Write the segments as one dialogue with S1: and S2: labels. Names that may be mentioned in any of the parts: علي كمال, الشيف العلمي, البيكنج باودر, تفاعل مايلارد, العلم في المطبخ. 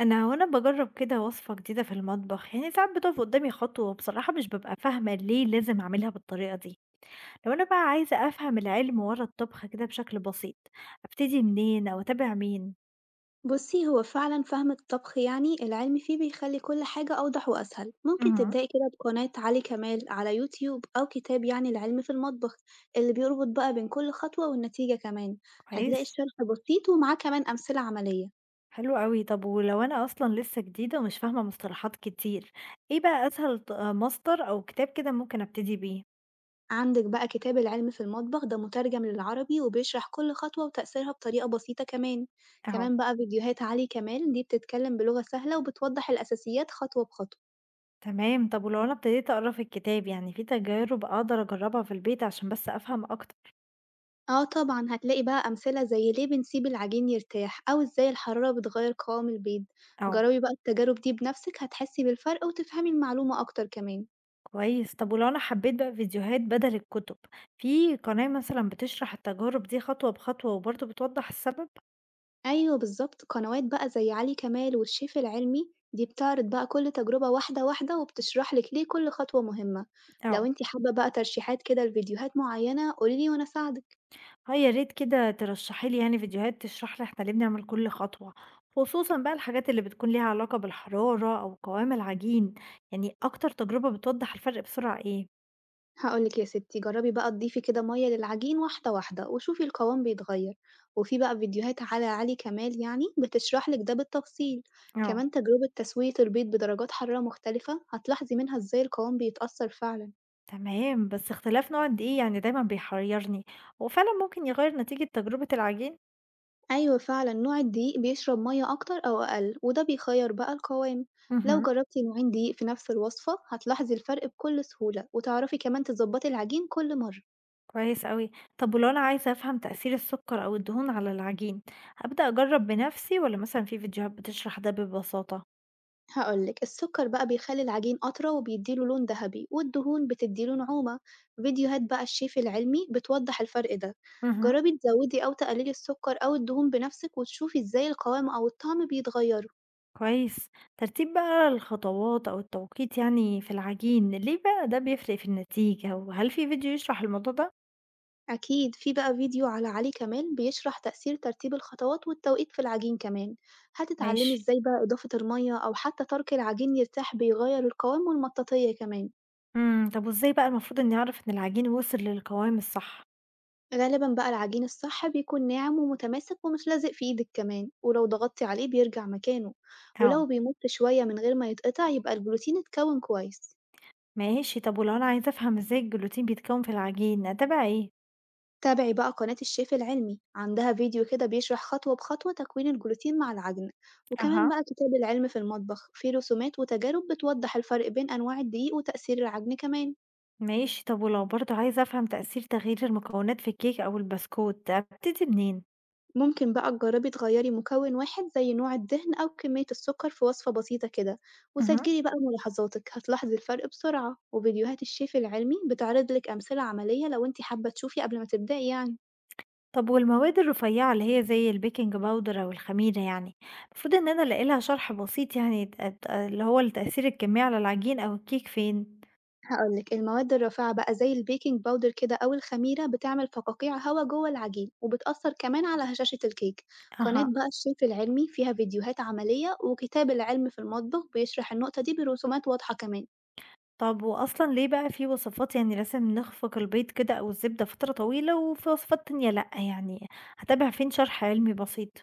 S1: أنا باجرّب كده وصفة جديدة في المطبخ، يعني ساعات بتُقف قدّامي خطوة بصراحة مش بابقى فاهمة ليه لازم أعملها بالطريقة دي، لو أنا بقى عايزة أفهم العلم ورا الطبخ كده بشكل بسيط، أبتدي منين أو أتابع مين؟
S2: بصي، هو فعلا فهم الطبخ يعني العلم فيه بيخلي كل حاجة أوضح وأسهل. ممكن
S1: اهم.
S2: تبدأي كده بقناة علي كمال على يوتيوب، أو كتاب يعني العلم في المطبخ اللي بيربط بقى بين كل خطوة والنتيجة كمان. هتلاقي
S1: كويس،
S2: الشرح بسيط، ومعاه كمان أمثلة عملية.
S1: حلو أوي، طب ولو أنا أصلًا لسه جديدة ومش فاهمة مصطلحات كتير، إيه بقى أسهل ط آه مصدر أو كتاب كده ممكن أبتدي بيه؟
S2: عندك بقى كتاب العلم في المطبخ ده، مترجم للعربي وبيشرح كل خطوة وتأثيرها بطريقة بسيطة كمان.
S1: أهو.
S2: كمان بقى فيديوهات علي كمال دي بتتكلم بلغة سهلة، وبتوضح الأساسيات خطوة بخطوة.
S1: تمام، طب ولو أنا ابتديت أقرا في الكتاب يعني في تجارب أقدر أجرّبها في البيت عشان بس أفهم أكتر؟
S2: آه طبعًا، هتلاقي بقى أمثلة زي ليه بنسيب العجين يرتاح، أو إزاي الحرارة بتغيّر قوام البيض.
S1: أو.
S2: جربي بقى التجارب دي بنفسِك، هتحسي بالفرق وتفهمي المعلومة أكتر كمان.
S1: كويس، طب ولو انا حبيت بقى فيديوهات بدل الكتب، في قناة مثلا بتشرح التجارب دي خطوة بخطوة وبرضه بتوضح السبب؟
S2: أيوه بالضبط، قنوات بقى زي علي كمال والشيف العلمي دي بتعرض بقى كل تجربة واحدة واحدة، وبتشرح لِك ليه كل خطوة مهمة. لو
S1: اه.
S2: أنتِ حابة بقى ترشيحات كده لفيديوهات معينة، قولي لي وأنا أساعدِك.
S1: اه يا ريت كده ترشحي لي يعني فيديوهات تشرح لي احنا ليه بنعمل كل خطوة، خصوصا بقى الحاجات اللي بتكون ليها علاقة بالحرارة او قوام العجين، يعني اكتر تجربة بتوضح الفرق بسرعة ايه؟
S2: هاقول لِك يا ستي، جرّبي بقى تضيفي كده مَيّة للعجين واحدة واحدة، وشوفي القوام بيتغيّر. وفي بقى فيديوهات على علي كمال يعني بتشرح لِك ده بالتفصيل.
S1: اه.
S2: كمان تجربة تسوية البيض بدرجات حرارة مختلفة، هتلاحظي منها إزاي القوام بيتأثّر فعلًا.
S1: تمام، بس اختلاف نوع قد ايه يعني دايما بيحيرني، هو فعلا ممكن يغير نتيجة تجربة العجين؟
S2: أيوه فعلًا، نوع الدقيق بيشرب مَيّة أكتر أو أقل، وده بيخيّر بقى القوام. لو
S1: مهم.
S2: جرّبتي نوعين دقيق في نفس الوصفة، هتلاحظي الفرق بكل سهولة، وتعرفي كمان تضبّطي العجين كل مرّة.
S1: كويس أوي. طب ولو أنا عايزة أفهم تأثير السكر أو الدهون على العجين، أبدأ أجرب بنفسي والّا مثلًا في فيديوهات بتشرح ده ببساطة؟
S2: هقولك، السكر بقى بيخلي العجين أطرى وبيديله لون ذهبي، والدهون بتديله نعومة. فيديوهات بقى الشيف العلمي بتوضح الفرق ده.
S1: مهم.
S2: جربي تزودي أو تقللي السكر أو الدهون بنفسك، وتشوفي ازاي القوام أو الطعم بيتغيروا.
S1: كويس. ترتيب بقى الخطوات أو التوقيت يعني في العجين، ليه بقى ده بيفرق في النتيجة، وهل في فيديو يشرح الموضوع ده؟
S2: أكيد في بقى فيديو على علي كمال بيشرح تأثير ترتيب الخطوات والتوقيت في العجين كمان. هتتعلمي
S1: ماشي.
S2: ازاي بقى إضافة المية أو حتى ترك العجين يرتاح بيغير القوام والمطاطية كمان.
S1: طب وإزاي بقى المفروض إني أعرف إن العجين وصل للقوام الصح؟
S2: غالبًا بقى العجين الصح بيكون ناعم ومتماسك ومش لازق في إيدك كمان، ولو ضغطتي عليه بيرجع مكانه.
S1: اه.
S2: ولو بيمط شوية من غير ما يتقطع، يبقى البروتين اتكون كويس.
S1: ماشي، طب ولو أنا عايزة أفهم إزاي الجلوتين بيتكون في العجين، أتابع إيه؟
S2: تابعي بقى قناة الشيف العلمي، عندها فيديو كده بيشرح خطوة بخطوة تكوين البروتين مع العجن. وكمان
S1: اها.
S2: بقى كتاب العلم في المطبخ فيه رسومات وتجارب بتوضح الفرق بين أنواع الدقيق وتأثير العجن كمان.
S1: ماشي، طب ولو برضه عايزة أفهم تأثير تغيير المكونات في الكيك أو البسكوت أبتدي منين؟
S2: ممكن بقى تجربي تغيّري مكون واحد زي نوع الدهن أو كمية السكر في وصفة بسيطة كده،
S1: مهم.
S2: وسجّلي بقى ملاحظاتِك، هتلاحظي الفرق بسرعة. وفيديوهات الشيف العلمي بتعرض لِك أمثلة عملية، لو أنتِ حابة تشوفي قبل ما تبدئي يعني.
S1: طب والمواد الرفيعة اللي هي زي البيكنج باودر أو الخميرة، يعني المفروض إن أنا ألاقي لها شرح بسيط، يعني اللي هو التأثير الكمي على العجين أو الكيك فين؟
S2: هاقول لِك، المواد الرافعة بقى زي البيكنج باودر كده أو الخميرة بتعمل فقاقيع هوا جوه العجين، وبتأثر كمان على هشاشة الكيك. قناة
S1: أها.
S2: بقى الشيف العلمي فيها فيديوهات عملية، وكتاب العلم في المطبخ بيشرح النقطة دي برسومات واضحة كمان.
S1: طب وأصلا ليه بقى في وصفات يعني لازم نخفق البيض كده أو الزبدة فترة طويلة وفي وصفات تانية لأ، يعني هتابع فين شرح علمي بسيط؟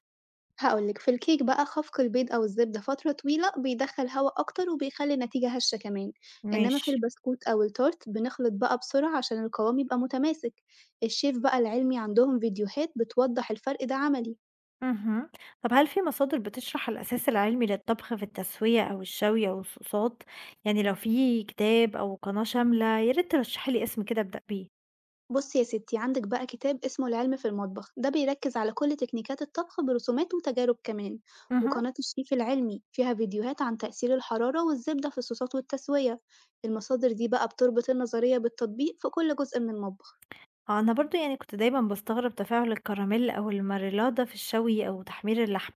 S2: هاقول لك، في الكيك بقى خفق البيض أو الزبدة فترة طويلة بيدخل هوا أكتر، وبيخلي النتيجة هشة كمان. إنما في
S1: ماشي.
S2: البسكوت أو التورت بنخلط بقى بسرعة عشان القوام يبقى متماسك. الشيف بقى العلمي عندهم فيديوهات بتوضح الفرق ده عملي.
S1: اهم. طب هل في مصادر بتشرح الأساس العلمي للطبخ في التسوية أو الشوي أو الصوصات؟ يعني لو في كتاب أو قناة شاملة يا ريت ترشحي لي اسم كده أبدأ بيه.
S2: بصي يا ستي، عندك بقى كتاب اسمه العلم في المطبخ ده بيركز على كل تكنيكات الطبخ برسومات وتجارب كمان.
S1: مهم.
S2: وقناة الشيف العلمي فيها فيديوهات عن تأثير الحرارة والزبدة في الصوصات والتسوية. المصادر دي بقى بتربط النظرية بالتطبيق في كل جزء من المطبخ.
S1: اه، أنا برضو يعني كنت دايما بستغرب تفاعل الكراميل أو الماريلادا في الشوي أو تحمير اللحم.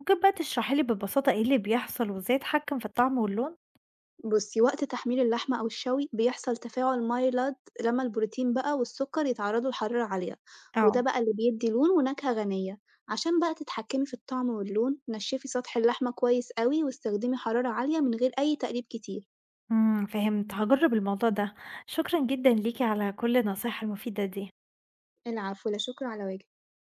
S1: ممكن بقى تشرحي لي ببساطة ايه اللي بيحصل وازاي اتحكم في الطعم واللون؟
S2: بُصّي، وقت تحميل اللحمة أو الشوي بيحصل تفاعل مايلارد، لمّا البروتين بقى والسكر يتعرضوا لحرارة عالية، وده
S1: اه.
S2: بقى اللي بيدّي لون ونكهة غنية. عشان بقى تتحكمي في الطعم واللون، نشفي سطح اللحمة كويس أوي، واستخدمي حرارة عالية من غير أي تقليب كتير.
S1: امم، فهمت، هجرب الموضوع ده. شكرا جدا ليكي على كل النصايح المفيدة دي.
S2: العفو، لا شكر على واجب.